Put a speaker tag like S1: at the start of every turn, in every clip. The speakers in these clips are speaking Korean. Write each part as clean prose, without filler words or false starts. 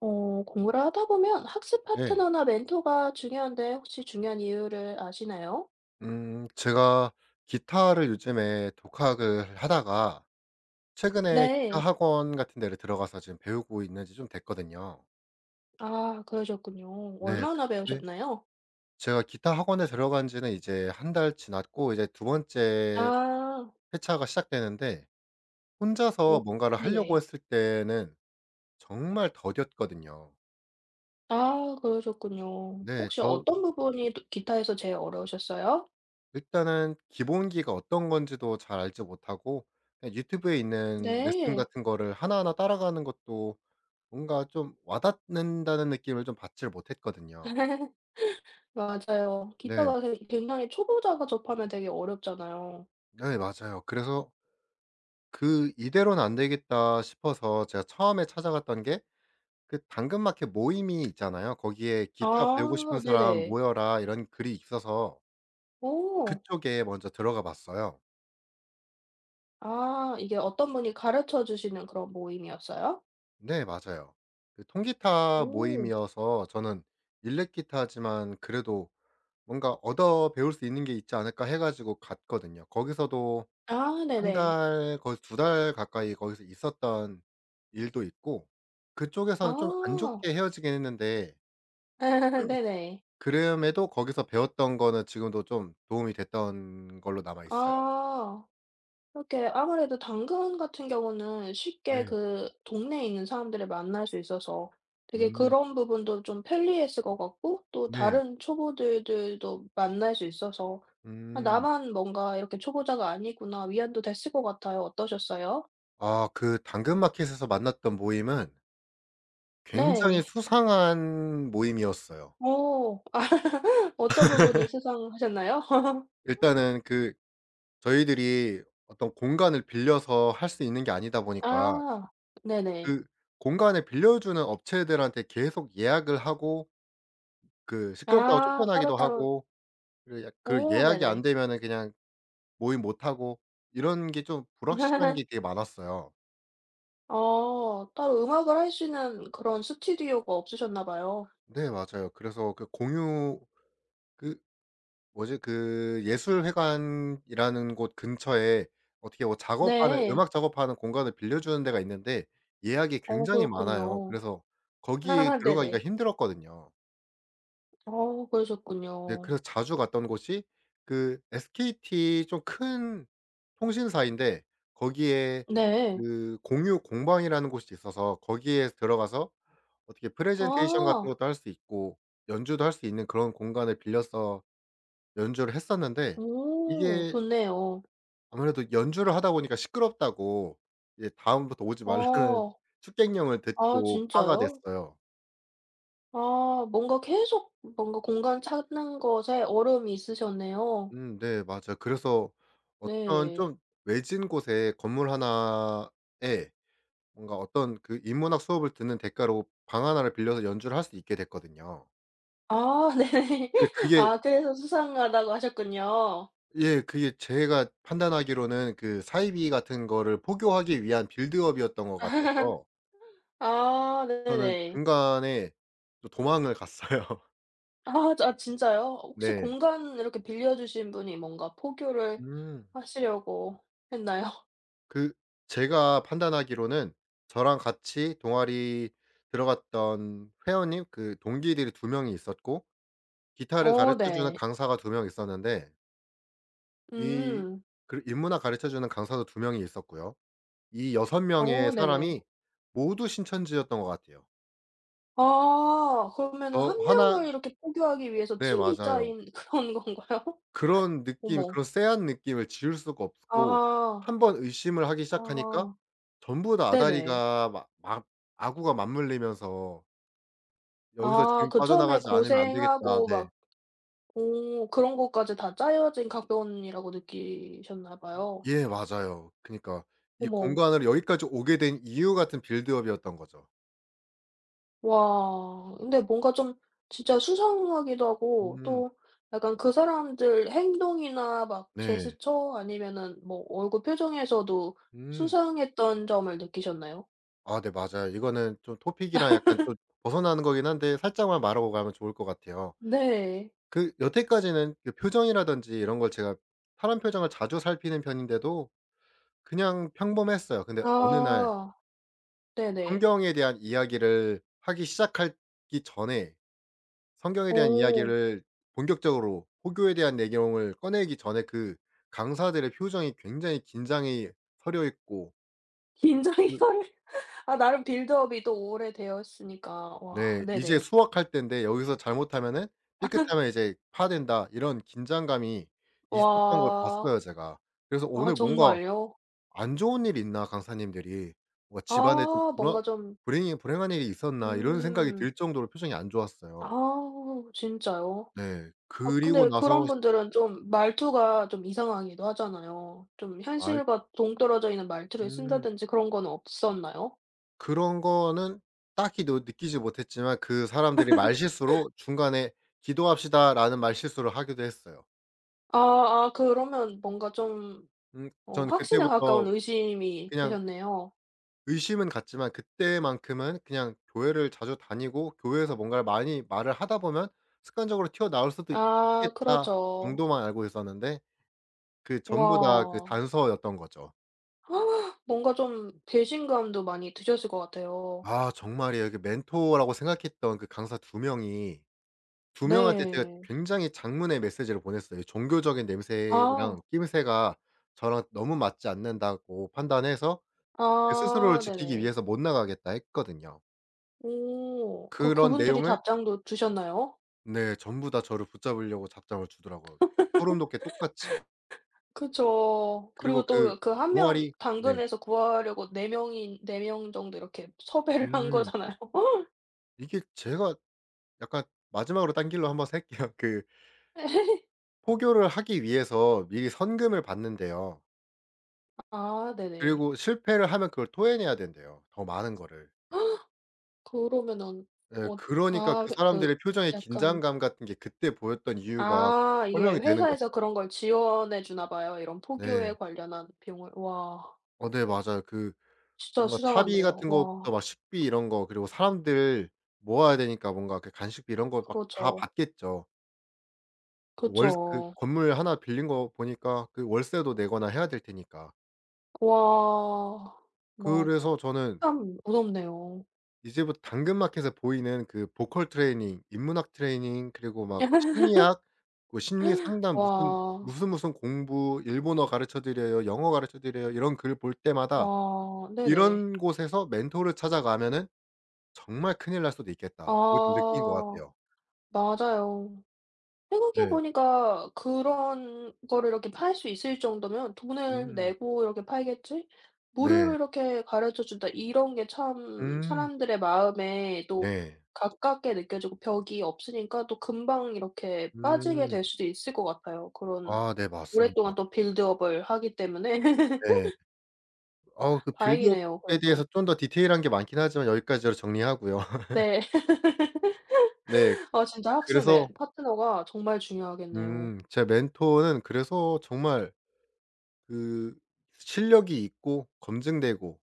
S1: 공부를 하다 보면 학습
S2: 네.
S1: 파트너나 멘토가 중요한데 혹시 중요한 이유를 아시나요?
S2: 제가 기타를 요즘에 독학을 하다가 최근에 기타
S1: 네.
S2: 학원 같은 데를 들어가서 지금 배우고 있는 지 좀 됐거든요.
S1: 아 그러셨군요.
S2: 네.
S1: 얼마나
S2: 그때
S1: 배우셨나요?
S2: 제가 기타 학원에 들어간 지는 이제 한 달 지났고 이제 두 번째
S1: 아.
S2: 회차가 시작되는데,
S1: 오
S2: 혼자서 뭔가를 하려고
S1: 네네.
S2: 했을 때는 정말 더뎠거든요.
S1: 아 그러셨군요.
S2: 네.
S1: 혹시
S2: 저
S1: 어떤 부분이 또 기타에서 제일 어려우셨어요?
S2: 일단은 기본기가 어떤 건지도 잘 알지 못하고, 그냥 유튜브에 있는 레슨
S1: 네.
S2: 같은 거를 하나하나 따라가는 것도 뭔가 좀 와닿는다는 느낌을 좀 받지를 못했거든요.
S1: 맞아요.
S2: 네.
S1: 기타가 굉장히 초보자가 접하면 되게 어렵잖아요.
S2: 네 맞아요. 그래서 '그 이대로는 안 되겠다.' 싶어서 제가 처음에 찾아갔던 게 그 당근마켓 모임이 있잖아요. 거기에 "기타 배우고 싶은
S1: 아
S2: 사람
S1: 네네.
S2: 모여라." 이런 글이 있어서
S1: 오.
S2: 그쪽에 먼저 들어가 봤어요.
S1: 아 이게 어떤 분이 가르쳐 주시는 그런 모임이었어요?
S2: 네 맞아요. 그 통기타
S1: 오.
S2: 모임이어서 저는 일렉기타지만 그래도 뭔가 얻어 배울 수 있는 게 있지 않을까 해 가지고 갔거든요. 거기서도
S1: 아
S2: 한
S1: 네네.
S2: 달 거의 2달 가까이 거기서 있었던 일도 있고, 그쪽에서는 좀 안
S1: 아.
S2: 좋게 헤어지긴 했는데
S1: 네네.
S2: 그럼에도 거기서 배웠던 거는 지금도 좀 도움이 됐던 걸로 남아 있어요.
S1: 아. 이렇게 아무래도 당근 같은 경우는
S2: 네.
S1: 쉽게 그 동네에 있는 사람들을 만날 수 있어서 되게
S2: 음
S1: 그런 부분도 좀 편리했을 것 같고 또
S2: 네.
S1: 다른 초보들들도 만날 수 있어서 '아
S2: 음.
S1: 나만 뭔가 이렇게 초보자가 아니구나.' 위안도 됐을 것 같아요. 어떠셨어요?
S2: 아 그 당근마켓에서 만났던 모임은 굉장히
S1: 네.
S2: 수상한 모임이었어요.
S1: 어. 아 어떤 부분이 수상하셨나요?
S2: 일단은 그 저희들이 어떤 공간을 빌려서 할 수 있는 게 아니다 보니까,
S1: 아. 네네.
S2: 그 공간을 빌려주는 업체들한테 계속 예약을 하고, 그 시끄럽다고
S1: 아
S2: 쫓겨나기도
S1: 따로따로
S2: 하고, 그 약 그
S1: 오
S2: 예약이 안
S1: 네네.
S2: 되면은 그냥 모임 못 하고, 이런 게 좀 불확실한 게 되게 많았어요.
S1: 어 따로 음악을 할 수 있는 그런 스튜디오가 없으셨나 봐요.
S2: 네 맞아요. 그래서 그 공유 그 뭐지 그 예술회관이라는 곳 근처에 어떻게 뭐 작업하는
S1: 네.
S2: 음악 작업하는 공간을 빌려주는 데가 있는데, 예약이
S1: 어
S2: 굉장히 많아요.
S1: 그렇군요.
S2: 그래서 거기에 들어가기가
S1: 네네.
S2: 힘들었거든요.
S1: 어
S2: 네.
S1: 그러셨군요.
S2: 그래서 자주 갔던 곳이 그 SKT 좀 큰 통신사인데, 거기에
S1: 네.
S2: 그 공유 공방이라는 곳이 있어서 거기에 들어가서 어떻게 프레젠테이션 같은
S1: 아.
S2: 것도 할 수 있고 연주도 할 수 있는 그런 공간을 빌려서 연주를 했었는데,
S1: 오
S2: 이게
S1: 좋네요.
S2: 아무래도 연주를 하다 보니까 시끄럽다고 이제 다음부터 오지 말라는
S1: 어.
S2: 축객령을
S1: 아
S2: 듣고 파가
S1: 진짜요?
S2: 됐어요.
S1: 아 뭔가 계속 뭔가 공간 찾는 것에 어려움이 있으셨네요.
S2: 네 맞아요. 그래서 어떤
S1: 네.
S2: 좀 외진 곳에 건물 하나에 뭔가 어떤 그 인문학 수업을 듣는 대가로 방 하나를 빌려서 연주를 할 수 있게 됐거든요.
S1: 아 네.
S2: 근데 그게
S1: 아 그래서 수상하다고 하셨군요.
S2: 예 그게 제가 판단하기로는 그 사이비 같은 거를 포교하기 위한 빌드업이었던 것 같아서
S1: 아
S2: 저는
S1: 네네.
S2: 중간에 또 도망을 갔어요.
S1: 아 아 진짜요? 혹시
S2: 네.
S1: 공간 이렇게 빌려 주신 분이 뭔가 포교를
S2: 음.
S1: 하시려고 했나요?
S2: 그 제가 판단하기로는 저랑 같이 동아리 들어갔던 회원님 그 동기들이 2명이 있었고, 기타를
S1: 어
S2: 가르쳐 주는
S1: 네.
S2: 강사가 2명 있었는데, 이
S1: 음.
S2: 그 인문학 가르쳐 주는 강사도 2명이 있었고요. 이 여섯 명의
S1: 어 네네.
S2: 사람이 모두 신천지였던 것 같아요.
S1: 아 그러면은
S2: 저
S1: 한
S2: 하나...
S1: 명을 이렇게 포교하기 위해서
S2: 네
S1: 팀이
S2: 맞아요.
S1: 짜인 그런 건가요?
S2: 그런 느낌
S1: 어머.
S2: 그런 쎄한 느낌을 지울 수가 없고
S1: 아.
S2: 한 번 의심을 하기 시작하니까
S1: 아.
S2: 전부 다
S1: 네네.
S2: 아다리가 막 막 아구가 맞물리면서 '여기서
S1: 아
S2: 지금
S1: 그 처음에
S2: 빠져나가지 않으면 안 되겠다.'
S1: 고생하고
S2: 네.
S1: 막 오 그런 것까지 다 짜여진 각변이라고 느끼셨나 봐요.
S2: 예 맞아요. 그니까 이 공
S1: 어머.
S2: 간으로 여기까지 오게 된 이유 같은 빌드업이었던 거죠.
S1: 와. 근데 뭔가 좀 진짜 수상하기도 하고
S2: 음
S1: 또 약간 그 사람들 행동이나 막
S2: 네.
S1: 제스처 아니면은 뭐 얼굴 표정에서도
S2: 음.
S1: 수상했던 점을 느끼셨나요?
S2: 아 네 맞아요. 이거는 좀 토픽이랑 약간 좀 벗어나는 거긴 한데 살짝만 말하고 가면 좋을 것 같아요.
S1: 네.
S2: 그 여태까지는 그 표정이라든지 이런 걸 제가 사람 표정을 자주 살피는 편인데도 그냥 평범했어요. 근데 어느 날
S1: 아. 네네.
S2: 환경에 대한 이야기를 하기 시작하기 전에 성경에 대한
S1: 오
S2: 이야기를 본격적으로 포교에 대한 내용을 꺼내기 전에 그 강사들의 표정이 굉장히 긴장이 서려 있고,
S1: 긴장이
S2: 으
S1: 덜 아 나름 빌드업이 또 오래되었으니까. 와
S2: 네 이제
S1: 네네.
S2: 수학할 땐데 여기서 잘못하면은 삐끗하면 이제 파된다 이런 긴장감이 있었던 걸
S1: 와.
S2: 봤어요 제가. 그래서 오늘
S1: 아
S2: 뭔가
S1: 정말요?
S2: '안 좋은 일이 있나 강사님들이. 뭔가 집안에 좀
S1: 아
S2: 불안
S1: 뭔가 좀
S2: 불행이 불행한 일이 있었나.' 이런 생각이
S1: 음.
S2: 들 정도로 표정이 안
S1: 아
S2: 좋았어요.
S1: 진짜요?
S2: 네.
S1: 아
S2: 그리고
S1: 근데
S2: 나서
S1: 그런 분들은 좀 말투가 좀 이상하기도 하잖아요. 좀
S2: 말
S1: 현실과 동떨어져 있는 말투를
S2: 음.
S1: 쓴다든지 그런 건 없었나요?
S2: 그런 거는 딱히 느 느끼지 못했지만 그 사람들이 말실수로 중간에 "기도합시다."라는 말실수를 하기도 했어요.
S1: 아 아 그러면 뭔가 좀 어
S2: 전
S1: 확신에
S2: 그때부터
S1: 가까운 의심이
S2: 그냥
S1: 되셨네요.
S2: 의심은 갔지만 그때만큼은 그냥 교회를 자주 다니고 교회에서 뭔가를 많이 말을 하다 보면 습관적으로 튀어나올 수도
S1: 아
S2: 있겠다
S1: 그렇죠.
S2: 정도만 알고 있었는데, 그
S1: 와.
S2: 전부 다 그 단서였던 거죠.
S1: 뭔가 좀 배신감도 많이 드셨을 것 같아요.
S2: 아 정말이에요. 그 멘토라고 생각했던 그 강사 2명이 2명한테 제가
S1: 네.
S2: 굉장히 장문의 메시지를 보냈어요. 종교적인 냄새랑
S1: 아.
S2: 끼임새가 저랑 너무 맞지 않는다고 판단해서 제 스스로를
S1: 아
S2: 지키기
S1: 네네.
S2: 위해서 못 나가겠다 했거든요.
S1: 오. 그
S2: 그런
S1: 그분들이
S2: 내용을
S1: 답장도 주셨나요?
S2: 네 전부 다 저를 붙잡으려고 잡장을 주더라고요. 소름 돋게 똑같이.
S1: 그죠
S2: 그리고
S1: 그리고
S2: 그
S1: 또 그 한 명
S2: 동아리 네.
S1: 당근에서 구하려고 4 명이 네 명 정도 이렇게 섭외를 한
S2: 음.
S1: 거잖아요.
S2: 이게 제가 약간 마지막으로 딴 길로 한번 셀게요. 그 포교를 하기 위해서 미리 선금을 받는데요,
S1: 아 네네.
S2: 그리고 실패를 하면 그걸 토해내야 된대요, 더 많은 거를.
S1: 그러면은
S2: 예.
S1: 어
S2: 그러니까
S1: 아
S2: 그
S1: 그 그
S2: 사람들의 표정의
S1: 약간
S2: 긴장감 같은 게 그때 보였던 이유가
S1: 아 이게
S2: 설명이 되는 거죠.
S1: 회사에서 그런 걸 지원해 주나 봐요. 이런 포교에
S2: 네.
S1: 관련한 비용을. 와
S2: 어 네 맞아요. 그
S1: 진짜
S2: 뭔가 차비
S1: 수상한데요.
S2: 같은
S1: 와
S2: 것부터 막 식비 이런 거, 그리고 사람들 모아야 되니까 뭔가 그 간식비 이런 거 막 다
S1: 그렇죠.
S2: 받겠죠. 월 그
S1: 그쵸.
S2: 건물 하나 빌린 거 보니까 그 월세도 내거나 해야 될 테니까.
S1: 와. 와
S2: 그래서 저는
S1: 참 무섭네요.
S2: 이제부터 당근마켓에서 보이는 그 보컬 트레이닝, 인문학 트레이닝, 그리고 막 심리학 그 심리 상담 무슨
S1: 와.
S2: 무슨 무슨 공부, 일본어 가르쳐 드려요, 영어 가르쳐 드려요 이런 글 볼 때마다
S1: 와 네네.
S2: 이런 곳에서 멘토를 찾아가면은 정말 큰일 날 수도 있겠다. 이거 좀 느낀 것
S1: 아.
S2: 같아요.
S1: 맞아요. 생각해
S2: 네.
S1: 보니까 그런 거를 이렇게 팔 수 있을 정도면 '돈을
S2: 음.
S1: 내고 이렇게 팔겠지?'
S2: 네.
S1: 무료로 이렇게 가르쳐 준다 이런 게 참
S2: 음.
S1: 사람들의 마음에 또
S2: 네.
S1: 가깝게 느껴지고 벽이 없으니까 또 금방 이렇게 빠지게
S2: 음.
S1: 될 수도 있을 것 같아요. 그런
S2: 아 네 맞습니다.
S1: 오랫동안 또 빌드업을 하기 때문에
S2: 네. 아우 그 빌드업에
S1: 다행이네요
S2: 대해서
S1: 그래도.
S2: 좀 더 디테일한 게 많긴 하지만 여기까지로 정리하고요.
S1: 네.
S2: 네.
S1: 아 진짜 학습 매
S2: 그래서
S1: 파트너가 정말 중요하겠네요.
S2: 제 멘토는 그래서 정말 그 실력이 있고 검증되고,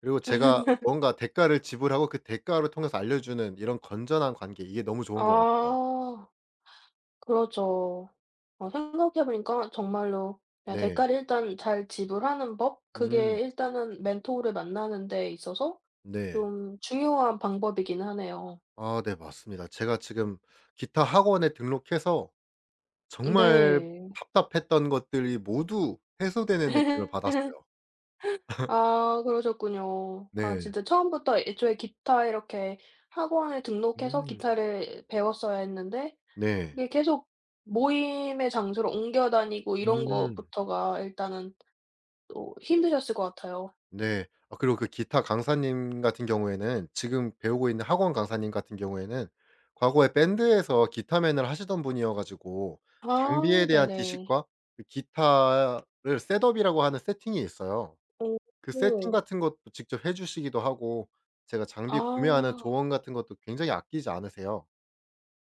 S2: 그리고 제가 뭔가 대가를 지불하고 그 대가를 통해서 알려주는 이런 건전한 관계, 이게 너무 좋은 것 같아요.
S1: 아. 그렇죠. 어 생각해 보니까 정말로 그냥
S2: 네.
S1: 대가를 일단 잘 지불하는 법?
S2: 음.
S1: 그게 일단은 멘토를 만나는 데 있어서
S2: 네.
S1: 좀 중요한 방법이긴 하네요.
S2: 아 네 맞습니다. 제가 지금 기타 학원에 등록해서 정말
S1: 네.
S2: 답답했던 것들이 모두 해소되는 느낌을 받았어요.
S1: 아 그러셨군요. 아
S2: 네.
S1: 진짜 처음부터 애초에 기타 이렇게 학원에 등록해서
S2: 음.
S1: 기타를 배웠어야 했는데
S2: 네.
S1: 이게 계속 모임의 장소로 옮겨 다니고 이런
S2: 음.
S1: 것부터가 일단은 또 힘드셨을 것 같아요.
S2: 네. 아 그리고 그 기타 강사님 같은 경우에는 지금 배우고 있는 학원 강사님 같은 경우에는 과거에 밴드에서 기타맨을 하시던 분이어 가지고 장비에
S1: 아
S2: 대한
S1: 네네.
S2: 지식과 그 기타를 셋업이라고 하는 세팅이 있어요.
S1: 오
S2: 그 세팅
S1: 오.
S2: 같은 것도 직접 해 주시기도 하고 제가 장비 구매하는
S1: 아.
S2: 조언 같은 것도 굉장히 아끼지 않으세요.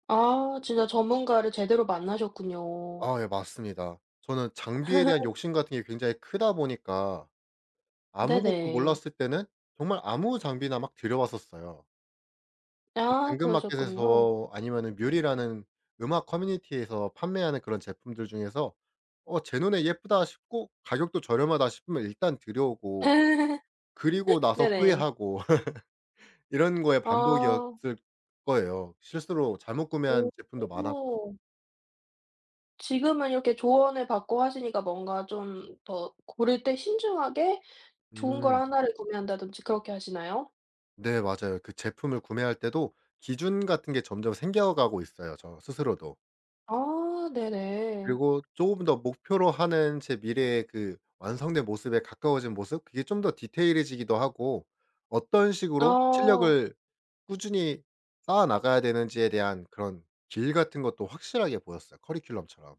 S1: 아 진짜 전문가를 제대로 만나셨군요.
S2: 아 예 맞습니다. 저는 장비에 대한 욕심 같은 게 굉장히 크다 보니까 아무것도
S1: 네네.
S2: 몰랐을 때는 정말 아무 장비나 막 들여왔었어요. 그
S1: 아 그러셨군요.
S2: 당근마켓에서 아니면은 뮬이라는 음악 커뮤니티에서 판매하는 그런 제품들 중에서 어 '제 눈에 예쁘다.' 싶고 가격도 저렴하다 싶으면 일단 들여오고 그리고 나서
S1: 네네.
S2: 후회하고, 이런 거의
S1: 아.
S2: 반복이었을 거예요. 실수로 잘못 구매한 제품도 많았고.
S1: 오. 지금은 이렇게 조언을 받고 하시니까 뭔가 좀 더 고를 때 신중하게 좋은 걸
S2: 음.
S1: 하나를 구매한다든지 그렇게 하시나요?
S2: 네 맞아요. 그 제품을 구매할 때도 기준 같은 게 점점 생겨가고 있어요 저 스스로도.
S1: 아 네네.
S2: 그리고 조금 더 목표로 하는 제 미래의 그 완성된 모습에 가까워진 모습, 그게 좀 더 디테일해지기도 하고, 어떤 식으로
S1: 아.
S2: 실력을 꾸준히 쌓아 나가야 되는지에 대한 그런 길 같은 것도 확실하게 보였어요 커리큘럼처럼.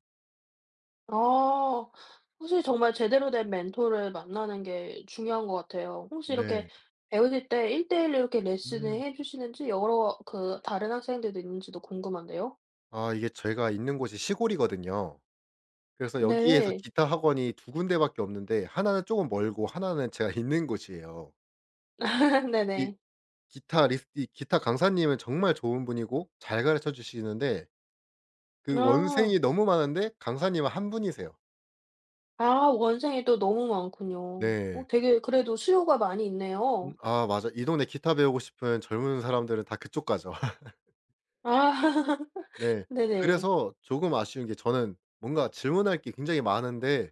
S1: 아. 사실 정말 제대로 된 멘토를 만나는 게 중요한 것 같아요. 혹시 이렇게
S2: 네.
S1: 배우실 때 1대 1 로 이렇게 레슨을
S2: 음.
S1: 해 주시는지 여러 그 다른 학생들도 있는지도 궁금한데요.
S2: 아 이게 제가 있는 곳이 시골이거든요. 그래서 여기에서
S1: 네.
S2: 기타 학원이 두 군데밖에 없는데, 하나는 조금 멀고 하나는 제가 있는 곳이에요. 이
S1: 네네.
S2: 기타 리스 이 기타 강사님은 정말 좋은 분이고 잘 가르쳐 주시는데, 그
S1: 아.
S2: 원생이 너무 많은데 강사님은 한 분이세요.
S1: 아 원생이 또 너무 많군요.
S2: 네.
S1: 어 되게 그래도 수요가 많이 있네요.
S2: 아 맞아. 이 동네 기타 배우고 싶은 젊은 사람들은 다 그쪽 가죠.
S1: 아.
S2: 네.
S1: 네네.
S2: 그래서 조금 아쉬운 게 저는 뭔가 질문할 게 굉장히 많은데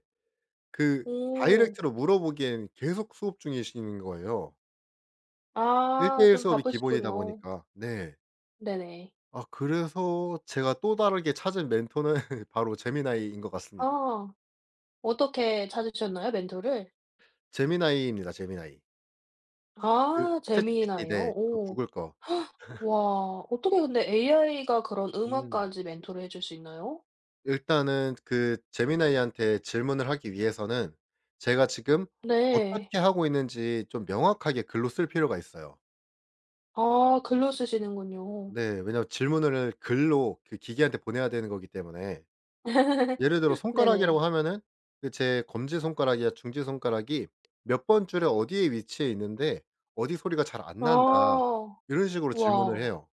S2: 그
S1: 오.
S2: 다이렉트로 물어보기엔 계속 수업 중이신 거예요. 1대
S1: 아
S2: 1
S1: 좀
S2: 수업이 기본이다
S1: 바쁘시군요.
S2: 보니까. 네.
S1: 네네.
S2: 아 그래서 제가 또 다르게 찾은 멘토는 바로 제미나이인 것 같습니다.
S1: 아. 어떻게 찾으셨나요 멘토를?
S2: 제미나이입니다, 제미나이.
S1: 아
S2: 그
S1: 재미나
S2: 챗GPT
S1: 요
S2: 네. 그
S1: 오.
S2: 구글 거.
S1: 와 어떻게 근데 AI가 그런
S2: 음.
S1: 음악까지 멘토를 해줄 수 있나요?
S2: 일단은 그 제미나이한테 질문을 하기 위해서는 제가 지금
S1: 네.
S2: 어떻게 하고 있는지 좀 명확하게 글로 쓸 필요가 있어요.
S1: 아 글로 쓰시는군요.
S2: 네. 왜냐하면 질문을 글로 그 기계한테 보내야 되는 거기 때문에. 예를 들어 손가락이라고
S1: 네네.
S2: 하면은 그 제 검지 손가락이나 중지 손가락이 "몇 번 줄에 어디에 위치해 있는데 어디 소리가 잘 안 난다."
S1: 아.
S2: 이런 식으로 질문을
S1: 와.
S2: 해요.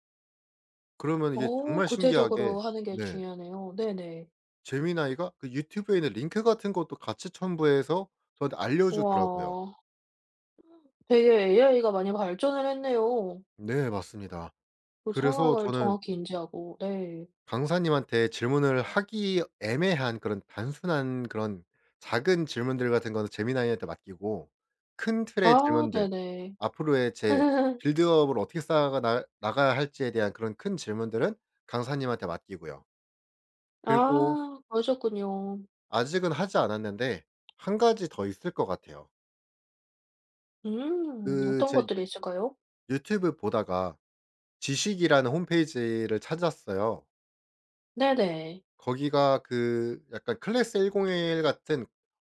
S2: 그러면 이게
S1: 어
S2: 정말 신기하게
S1: 구체적으로 하는 게
S2: 네.
S1: 중요하네요. 네네.
S2: 제미나이가 그 유튜브에 있는 링크 같은 것도 같이 첨부해서 저한테 알려주더라고요.
S1: 와. 되게 AI가 많이 발전을 했네요.
S2: 네 맞습니다.
S1: 그
S2: 그래서
S1: 상황을
S2: 저는
S1: 정확히 인지하고. 네.
S2: 강사님한테 질문을 하기 애매한 그런 단순한 그런 작은 질문들 같은 거는 제미나이한테 맡기고, 큰 틀의
S1: 아
S2: 질문들
S1: 네네.
S2: 앞으로의 제 빌드업을 어떻게 쌓아 나 나가야 할지에 대한 그런 큰 질문들은 강사님한테 맡기고요. 그리고
S1: 아 그러셨군요.
S2: 아직은 하지 않았는데 한 가지 더 있을 것 같아요. 그
S1: 어떤
S2: 제
S1: 것들이 있을까요?
S2: 유튜브 보다가 지식이라는 홈페이지를 찾았어요.
S1: 네네.
S2: 거기가 그 약간 클래스 101 같은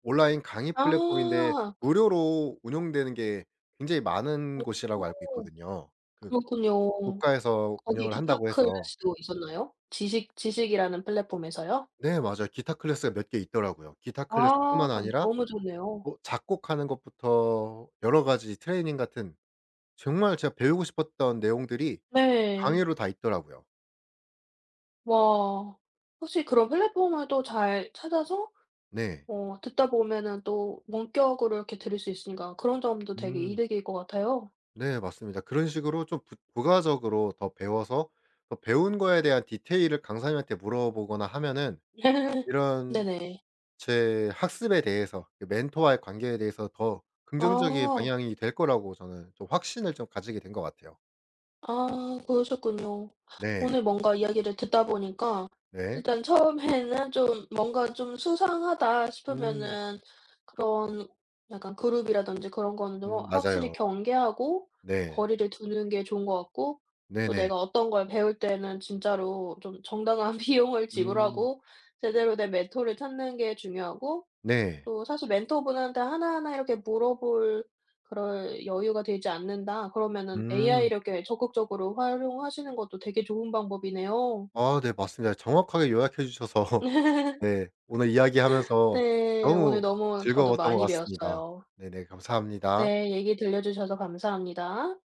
S2: 온라인 강의
S1: 아.
S2: 플랫폼인데 무료로 운영되는 게 굉장히 많은
S1: 어
S2: 곳이라고 알고 있거든요. 그
S1: 그렇군요.
S2: 국가에서
S1: 거기에
S2: 운영을 한다고
S1: 기탁할
S2: 해서.
S1: 수 있었나요? 지식 지식이라는 플랫폼에서요?
S2: 네 맞아요. 기타 클래스가 몇 개 있더라고요. 기타
S1: 아
S2: 클래스뿐만 아니라
S1: 너무 좋네요.
S2: 뭐 작곡하는 것부터 여러 가지 트레이닝 같은 정말 제가 배우고 싶었던 내용들이
S1: 네.
S2: 강의로 다 있더라고요.
S1: 와. 혹시 그런 플랫폼을 또 잘 찾아서
S2: 네.
S1: 어 듣다 보면은 또 원격으로 이렇게 들을 수 있으니까 그런 점도 되게
S2: 음.
S1: 이득일 것 같아요.
S2: 네 맞습니다. 그런 식으로 좀 부 부가적으로 더 배워서 더 배운 거에 대한 디테일을 강사님한테 물어보거나 하면은 이런
S1: 네네.
S2: 제 학습에 대해서 그 멘토와의 관계에 대해서 더 긍정적인
S1: 아.
S2: 방향이 될 거라고 저는 좀 확신을 좀 가지게 된 것 같아요.
S1: 아 그러셨군요.
S2: 네.
S1: 오늘 뭔가 이야기를 듣다 보니까
S2: 네.
S1: 일단 처음에는 좀 뭔가 좀 수상하다
S2: 음.
S1: 싶으면은 그런 약간 그룹이라든지 그런 거는 좀 확
S2: 맞아요.
S1: 확실히 경계하고
S2: 네.
S1: 거리를 두는 게 좋은 것 같고 또
S2: 네네.
S1: 내가 어떤 걸 배울 때는 진짜로 좀 정당한 비용을
S2: 음.
S1: 지불하고 제대로 된 멘토를 찾는 게 중요하고
S2: 네.
S1: 또 사실 멘토분한테 하나하나 이렇게 물어볼 그럴 여유가 되지 않는다 그러면은 AI
S2: 음.
S1: 이렇게 적극적으로 활용하시는 것도 되게 좋은 방법이네요.
S2: 아 네 맞습니다. 정확하게 요약해 주셔서 네. 오늘 이야기하면서
S1: 네. 오늘
S2: 너무
S1: 너무 저도
S2: 즐거웠던 것
S1: 많이
S2: 같습니다.
S1: 배웠어요.
S2: 네네. 감사합니다.
S1: 네. 얘기 들려 주셔서 감사합니다.